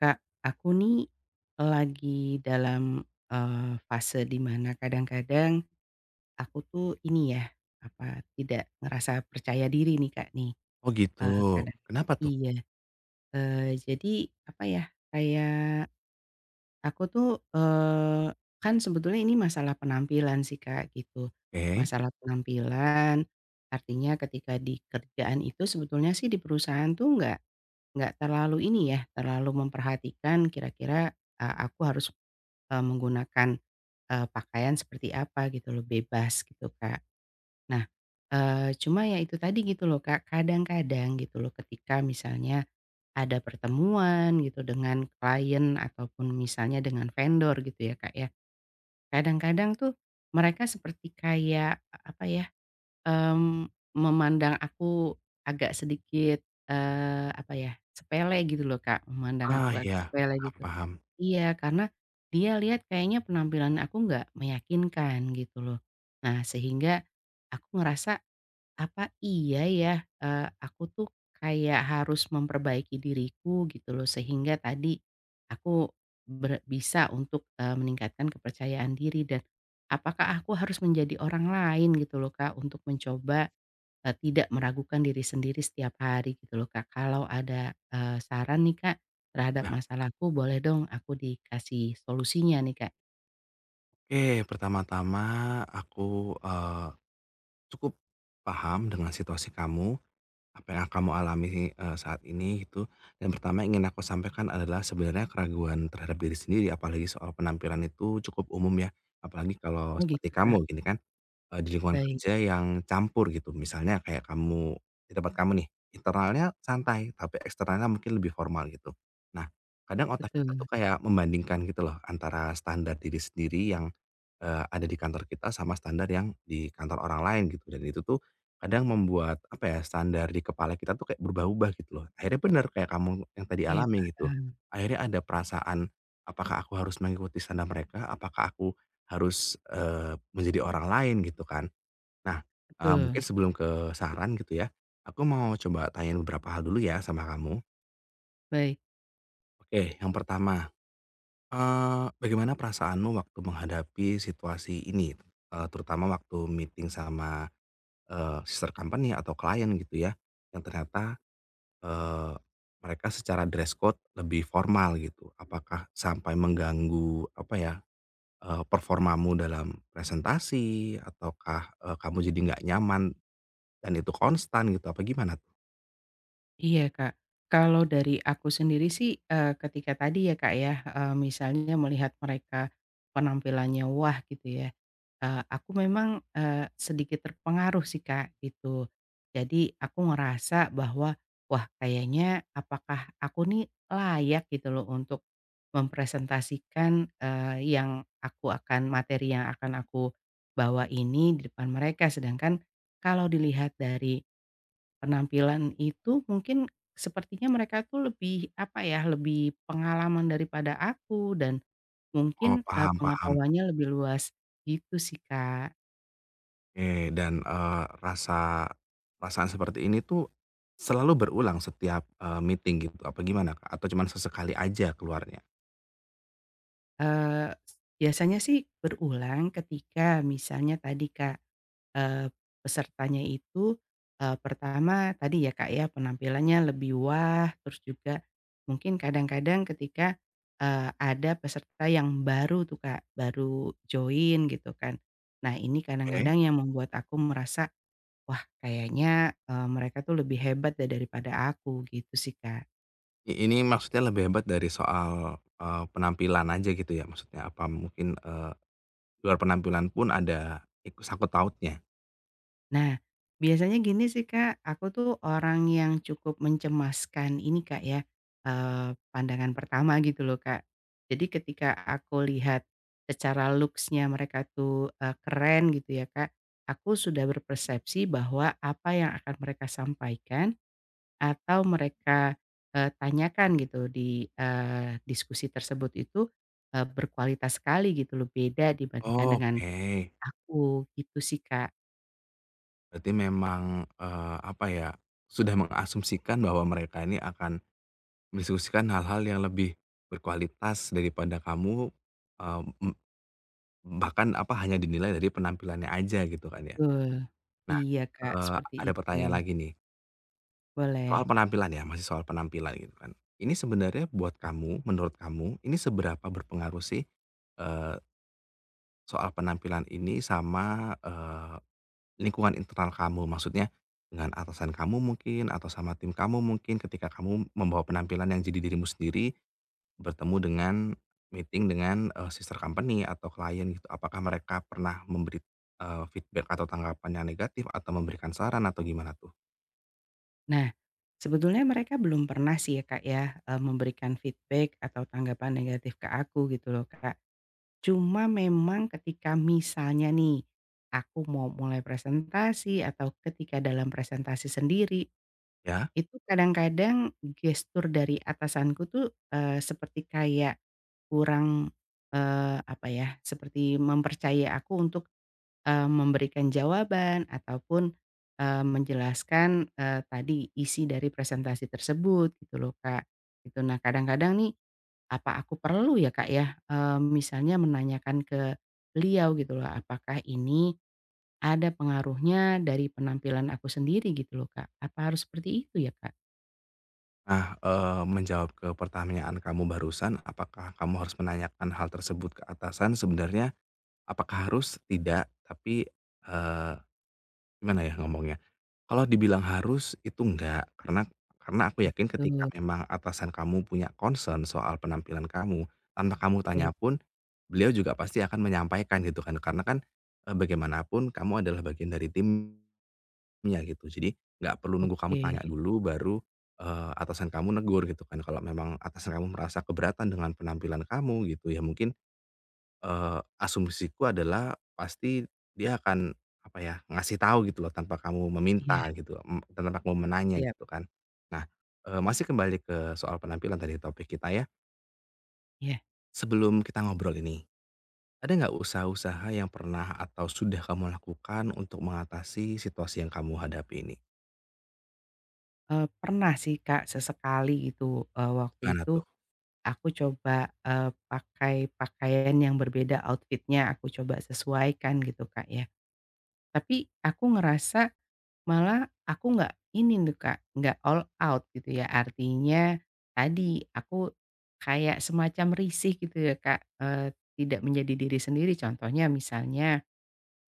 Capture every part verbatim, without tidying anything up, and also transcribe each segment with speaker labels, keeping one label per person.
Speaker 1: Kak, aku nih lagi dalam, eee, fase di mana kadang-kadang aku tuh ini ya, apa, tidak ngerasa percaya diri nih, Kak, nih,
Speaker 2: Oh gitu,
Speaker 1: eee, kadang
Speaker 2: kenapa tuh?
Speaker 1: iya, eee, jadi apa ya, kayak aku tuh, eee, kan sebetulnya ini masalah penampilan sih, Kak, gitu.
Speaker 2: Oke,
Speaker 1: Masalah penampilan, artinya ketika di kerjaan itu sebetulnya sih di perusahaan tuh nggak nggak terlalu ini ya, terlalu memperhatikan kira-kira, eee, aku harus Eee, menggunakan, eee, pakaian seperti apa gitu loh, bebas gitu, Kak. Nah, eee, cuma ya itu tadi gitu loh, Kak, kadang-kadang gitu loh ketika misalnya ada pertemuan gitu dengan klien ataupun misalnya dengan vendor gitu ya, Kak, ya. Kadang-kadang tuh mereka seperti kayak, e apa ya, mmm, memandang aku agak sedikit, eee, apa ya, sepele gitu loh, Kak, memandang
Speaker 2: ah
Speaker 1: aku agak
Speaker 2: ya
Speaker 1: sepele
Speaker 2: paham
Speaker 1: gitu.
Speaker 2: paham.
Speaker 1: Iya, karena dia lihat kayaknya penampilan aku nggak meyakinkan gitu loh. Nah, sehingga aku ngerasa, "Apa iya ya, eee, aku tuh kayak harus memperbaiki diriku," gitu loh, sehingga tadi aku ber bisa untuk, eee, meningkatkan kepercayaan diri dan apakah aku harus menjadi orang lain gitu loh, Kak, untuk mencoba, Eee, tidak meragukan diri sendiri setiap hari gitu loh Kak, kalau ada, eee, saran nih Kak, terhadap
Speaker 2: Nah,
Speaker 1: masalahku boleh dong aku dikasih solusinya nih Kak.
Speaker 2: oke pertama-tama aku, eee, cukup paham dengan situasi kamu, apa yang kamu alami, eee, saat ini gitu. Dan pertama yang ingin aku sampaikan adalah sebenarnya keraguan terhadap diri sendiri apalagi soal penampilan itu cukup umum ya, apalagi kalau
Speaker 1: Oh
Speaker 2: seperti
Speaker 1: gitu
Speaker 2: kamu
Speaker 1: Kak,
Speaker 2: gini kan. Eee, di lingkungan
Speaker 1: baik,
Speaker 2: kerja yang campur gitu, misalnya kayak kamu di tempat kamu nih, internalnya santai, tapi eksternalnya mungkin lebih formal gitu. Nah, kadang otak kita tuh
Speaker 1: betul,
Speaker 2: kayak membandingkan gitu loh antara standar diri sendiri yang, eee, ada di kantor kita sama standar yang di kantor orang lain gitu, dan itu tuh kadang membuat apa ya, standar di kepala kita tuh kayak berubah-ubah gitu loh. Akhirnya benar kayak kamu yang tadi
Speaker 1: oke
Speaker 2: alami gitu,
Speaker 1: paham.
Speaker 2: akhirnya ada perasaan, apakah aku harus mengikuti standar mereka? Apakah aku harus, eee, menjadi orang lain gitu kan. Nah, eee, mungkin
Speaker 1: Betul,
Speaker 2: sebelum ke saran gitu ya, aku mau coba tanyain beberapa hal dulu ya sama kamu.
Speaker 1: baik.
Speaker 2: Oke, yang pertama, eee, bagaimana perasaanmu waktu menghadapi situasi ini? Eee, terutama waktu meeting sama, eee, sister company atau klien gitu ya, yang ternyata, eee, mereka secara dress code lebih formal gitu. Apakah sampai mengganggu apa ya, Eee, performamu dalam presentasi ataukah, eee, kamu jadi nggak nyaman dan itu konstan gitu apa gimana tuh?
Speaker 1: Iya, Kak. Kalau dari aku sendiri sih, eee, ketika tadi ya, Kak, ya, eee, misalnya melihat mereka penampilannya wah gitu ya, eee, aku memang, eee, sedikit terpengaruh sih, Kak, gitu. Jadi aku ngerasa bahwa, wah kayaknya apakah aku nih layak gitu loh untuk mempresentasikan, eee, yang aku akan materi yang akan aku bawa ini di depan mereka. Sedangkan kalau dilihat dari penampilan itu mungkin sepertinya mereka tuh lebih, apa ya, lebih pengalaman daripada aku dan
Speaker 2: Oh
Speaker 1: mungkin, eee,
Speaker 2: paham paham,
Speaker 1: pengetahuannya lebih luas, gitu sih, Kak.
Speaker 2: oke dan, eee, rasa perasaan seperti ini tuh selalu berulang setiap, eee, meeting gitu apa gimana, Kak? Atau cuman sesekali aja keluarnya?
Speaker 1: Eee, biasanya sih berulang ketika misalnya tadi, Kak, Eee, pesertanya itu, eee, pertama tadi ya Kak ya penampilannya lebih wah, terus juga mungkin kadang-kadang ketika, eee, ada peserta yang baru tuh Kak, baru join gitu kan. Nah ini
Speaker 2: Oke.
Speaker 1: kadang-kadang yang membuat aku merasa, wah kayaknya, eee, mereka tuh lebih hebat deh daripada aku gitu sih Kak.
Speaker 2: I ini maksudnya lebih hebat dari soal, eee, penampilan aja gitu ya maksudnya apa mungkin, eee, luar penampilan pun ada ikut sangkut pautnya?
Speaker 1: Nah, biasanya gini sih Kak, aku tuh orang yang cukup mencemaskan ini Kak ya, eee, pandangan pertama gitu loh Kak. Jadi ketika aku lihat secara looks-nya mereka tuh, eee, keren gitu ya Kak, aku sudah berpersepsi bahwa apa yang akan mereka sampaikan atau mereka, eee, tanyakan gitu di, eee, diskusi tersebut itu, eee, berkualitas sekali gitu loh, beda dibandingkan dengan
Speaker 2: Oke.
Speaker 1: aku, gitu sih Kak.
Speaker 2: Berarti memang, eee, apa ya, sudah mengasumsikan bahwa mereka ini akan mendiskusikan hal-hal yang lebih berkualitas daripada kamu, eee, m bahkan apa, hanya dinilai dari penampilannya aja gitu kan ya.
Speaker 1: Betul.
Speaker 2: Nah,
Speaker 1: Iya, Kak,
Speaker 2: eee,
Speaker 1: seperti
Speaker 2: ada
Speaker 1: itu.
Speaker 2: pertanyaan lagi nih, soal
Speaker 1: Boleh.
Speaker 2: penampilan ya, masih soal penampilan gitu kan. Ini sebenarnya buat kamu, menurut kamu, ini seberapa berpengaruh sih, eee, soal penampilan ini sama, lingkungan internal kamu, maksudnya dengan atasan kamu mungkin atau sama tim kamu mungkin ketika kamu membawa penampilan yang jadi dirimu sendiri, bertemu dengan meeting dengan, eee, sister company atau klien gitu, apakah mereka pernah memberi, eee, feedback atau tanggapan yang negatif atau memberikan saran atau gimana tuh?
Speaker 1: Nah, sebetulnya mereka belum pernah sih ya, Kak, ya, eee, memberikan feedback atau tanggapan negatif ke aku gitu loh, Kak. Cuma memang ketika misalnya nih, aku mau mulai presentasi atau ketika dalam presentasi sendiri,
Speaker 2: Ya.
Speaker 1: itu kadang-kadang gestur dari atasanku tuh, eee, seperti kayak kurang, eee, apa ya, seperti mempercayai aku untuk Eee, memberikan jawaban ataupun, eee, menjelaskan, eee, tadi isi dari presentasi tersebut gitu loh, Kak, gitu. Nah kadang-kadang nih, apa aku perlu ya, Kak, ya, eee, misalnya menanyakan ke beliau gitu loh, apakah ini ada pengaruhnya dari penampilan aku sendiri gitu loh, Kak? Apa harus seperti itu ya, Kak?
Speaker 2: Nah, eee, menjawab ke pertanyaan kamu barusan, apakah kamu harus menanyakan hal tersebut ke atasan? Sebenarnya apakah harus? Tidak, tapi, eee, gimana ya ngomongnya? Kalau dibilang harus, itu enggak, karena karena aku yakin ketika
Speaker 1: Betul,
Speaker 2: memang atasan kamu punya concern soal penampilan kamu, tanpa kamu tanya
Speaker 1: baik,
Speaker 2: pun, beliau juga pasti akan menyampaikan gitu kan, karena kan, eee, bagaimanapun kamu adalah bagian dari timnya gitu. Jadi nggak perlu nunggu kamu tanya
Speaker 1: oke,
Speaker 2: dulu baru, eee, atasan kamu negur gitu kan. Kalau memang atasan kamu merasa keberatan dengan penampilan kamu gitu ya mungkin Eee, asumsiku adalah pasti dia akan, apa ya, ngasih tahu gitu loh tanpa kamu
Speaker 1: iya,
Speaker 2: meminta gitu, mmm, tanpa kamu menanya
Speaker 1: siap,
Speaker 2: gitu kan. Nah, eee, masih kembali ke soal penampilan tadi topik kita ya,
Speaker 1: iya.
Speaker 2: sebelum kita ngobrol ini, ada nggak usaha-usaha yang pernah atau sudah kamu lakukan untuk mengatasi situasi yang kamu hadapi ini?
Speaker 1: Eee, pernah sih, Kak, sesekali gitu, eee, waktu
Speaker 2: Gimana
Speaker 1: itu
Speaker 2: tuh?
Speaker 1: aku coba, eee, pakai pakaian yang berbeda outfitnya aku coba sesuaikan gitu, Kak, ya. Tapi aku ngerasa malah aku nggak ini tuh, Kak, nggak all out gitu ya. Artinya tadi aku kayak semacam risih gitu ya, Kak, eee, tidak menjadi diri sendiri. Contohnya misalnya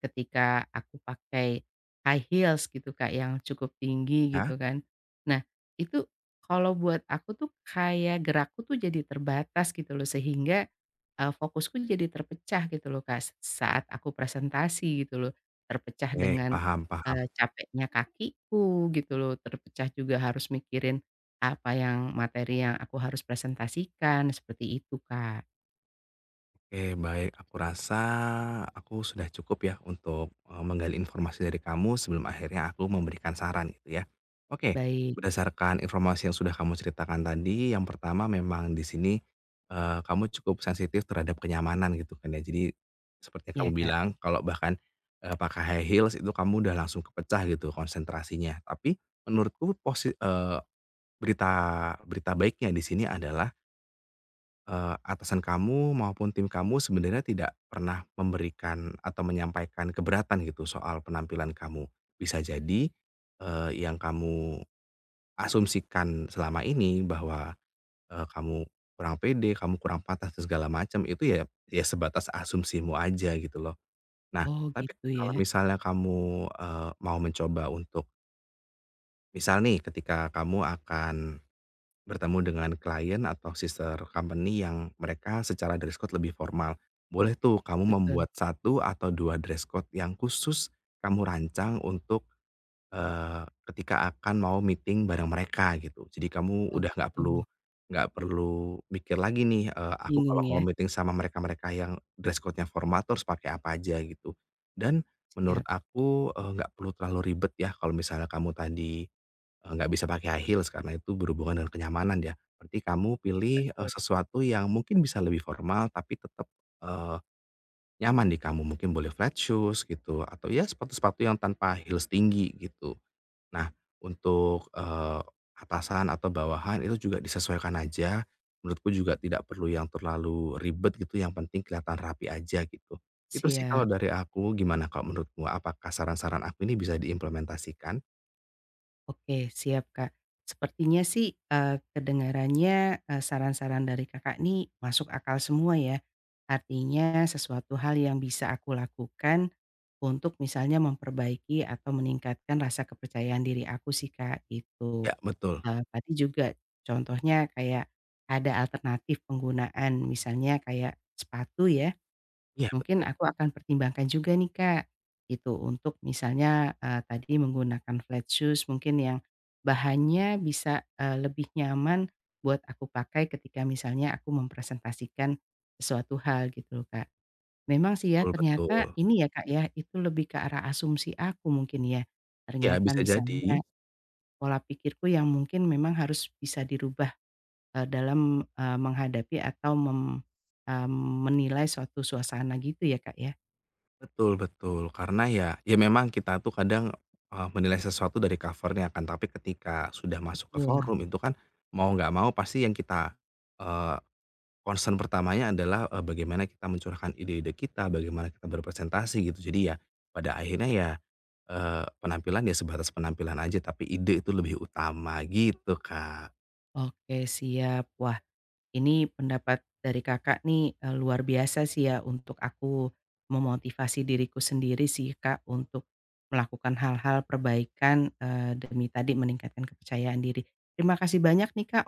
Speaker 1: ketika aku pakai high heels gitu Kak, yang cukup tinggi
Speaker 2: Ya?
Speaker 1: gitu kan. Nah, itu kalau buat aku tuh kayak gerakku tuh jadi terbatas gitu loh, sehingga, eee, fokusku jadi terpecah gitu loh Kak, saat aku presentasi gitu loh. Terpecah
Speaker 2: Oke,
Speaker 1: dengan,
Speaker 2: paham
Speaker 1: eee,
Speaker 2: paham.
Speaker 1: capeknya kakiku gitu loh, terpecah juga harus mikirin apa yang materi yang aku harus presentasikan, seperti itu Kak.
Speaker 2: Oke, baik. Aku rasa aku sudah cukup ya untuk eh, menggali informasi dari kamu sebelum akhirnya aku memberikan saran gitu ya. Oke,
Speaker 1: Baik,
Speaker 2: berdasarkan informasi yang sudah kamu ceritakan tadi, yang pertama memang di sini eh, kamu cukup sensitif terhadap kenyamanan gitu kan ya. Jadi seperti yang kamu
Speaker 1: iya Kak.
Speaker 2: bilang, kalau bahkan eh, pakai high heels itu kamu udah langsung kepecah gitu konsentrasinya. Tapi menurutku posi- eh, berita berita baiknya di sini adalah Eee, atasan kamu maupun tim kamu sebenarnya tidak pernah memberikan atau menyampaikan keberatan gitu soal penampilan kamu. Bisa jadi, eee, yang kamu asumsikan selama ini bahwa, eee, kamu kurang pede, kamu kurang pantas dan segala macam itu ya ya sebatas asumsimu aja gitu loh. Nah,
Speaker 1: Oh
Speaker 2: tapi
Speaker 1: gitu ya.
Speaker 2: kalau misalnya kamu, eee, mau mencoba untuk misal nih ketika kamu akan bertemu dengan klien atau sister company yang mereka secara dress code lebih formal. Boleh tuh kamu
Speaker 1: Betul.
Speaker 2: membuat satu atau dua dress code yang khusus kamu rancang untuk, eee, ketika akan mau meeting bareng mereka gitu. Jadi kamu
Speaker 1: Oh
Speaker 2: udah nggak perlu
Speaker 1: gitu.
Speaker 2: nggak perlu mikir lagi nih, eee, aku kalau
Speaker 1: Bingung
Speaker 2: mau
Speaker 1: ya?
Speaker 2: meeting sama mereka-mereka yang dress code-nya formal terus pakai apa aja gitu. Dan menurut
Speaker 1: Siap,
Speaker 2: aku, eee, nggak perlu terlalu ribet ya kalau misalnya kamu tadi Eee, nggak bisa pakai high heels karena itu berhubungan dengan kenyamanan ya. Berarti kamu pilih, eee,
Speaker 1: betul,
Speaker 2: sesuatu yang mungkin bisa lebih formal tapi tetap, eee, nyaman di kamu. Mungkin boleh flat shoes gitu atau ya sepatu-sepatu yang tanpa heels tinggi gitu. Nah untuk, eee, atasan atau bawahan itu juga disesuaikan aja. Menurutku juga tidak perlu yang terlalu ribet gitu, yang penting kelihatan rapi aja gitu. Itu sih kalau
Speaker 1: siap.
Speaker 2: dari aku, gimana kalau menurutmu apakah saran-saran aku ini bisa diimplementasikan?
Speaker 1: Oke, siap, Kak. Sepertinya sih, eee, kedengarannya, eee, saran-saran dari Kakak nih masuk akal semua ya. Artinya sesuatu hal yang bisa aku lakukan untuk misalnya memperbaiki atau meningkatkan rasa kepercayaan diri aku sih, Kak, gitu.
Speaker 2: Ya betul.
Speaker 1: Eee, tadi juga contohnya kayak ada alternatif penggunaan misalnya kayak sepatu ya.
Speaker 2: Iya
Speaker 1: Mungkin
Speaker 2: betul.
Speaker 1: aku akan pertimbangkan juga nih Kak, gitu untuk misalnya, eee, tadi menggunakan flat shoes mungkin yang bahannya bisa, eee, lebih nyaman buat aku pakai ketika misalnya aku mempresentasikan sesuatu hal gitu loh Kak. Memang sih ya
Speaker 2: Betul
Speaker 1: ternyata
Speaker 2: betul.
Speaker 1: ini ya Kak ya, itu lebih ke arah asumsi aku mungkin ya.
Speaker 2: Ya
Speaker 1: Ternyata
Speaker 2: bisa jadi.
Speaker 1: misalnya pola pikirku yang mungkin memang harus bisa dirubah, eee, dalam, eee, menghadapi atau mem mmm, menilai suatu suasana gitu ya Kak ya?
Speaker 2: Betul betul. Karena ya ya memang kita tuh kadang, eee, menilai sesuatu dari covernya kan, tapi ketika sudah masuk ke
Speaker 1: Betul,
Speaker 2: forum itu kan mau nggak mau pasti yang kita, eee, concern pertamanya adalah, eee, bagaimana kita mencurahkan ide-ide kita, bagaimana kita berpresentasi gitu. Jadi ya pada akhirnya ya, eee, penampilan ya sebatas penampilan aja, tapi ide itu lebih utama gitu, Kak.
Speaker 1: oke siap. Wah, ini pendapat dari Kakak nih, eee, luar biasa sih ya untuk aku memotivasi diriku sendiri sih Kak untuk melakukan hal-hal perbaikan, eee, demi tadi meningkatkan kepercayaan diri. Terima kasih banyak nih Kak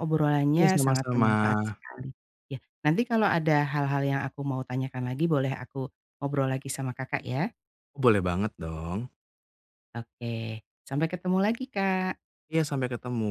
Speaker 2: Iya
Speaker 1: obrolannya sangat
Speaker 2: sama-sama.
Speaker 1: bermanfaat sekali. Ya, nanti kalau ada hal-hal yang aku mau tanyakan lagi boleh aku ngobrol lagi sama Kakak ya?
Speaker 2: Boleh banget dong.
Speaker 1: Oke, sampai ketemu lagi Kak.
Speaker 2: Iya sampai ketemu.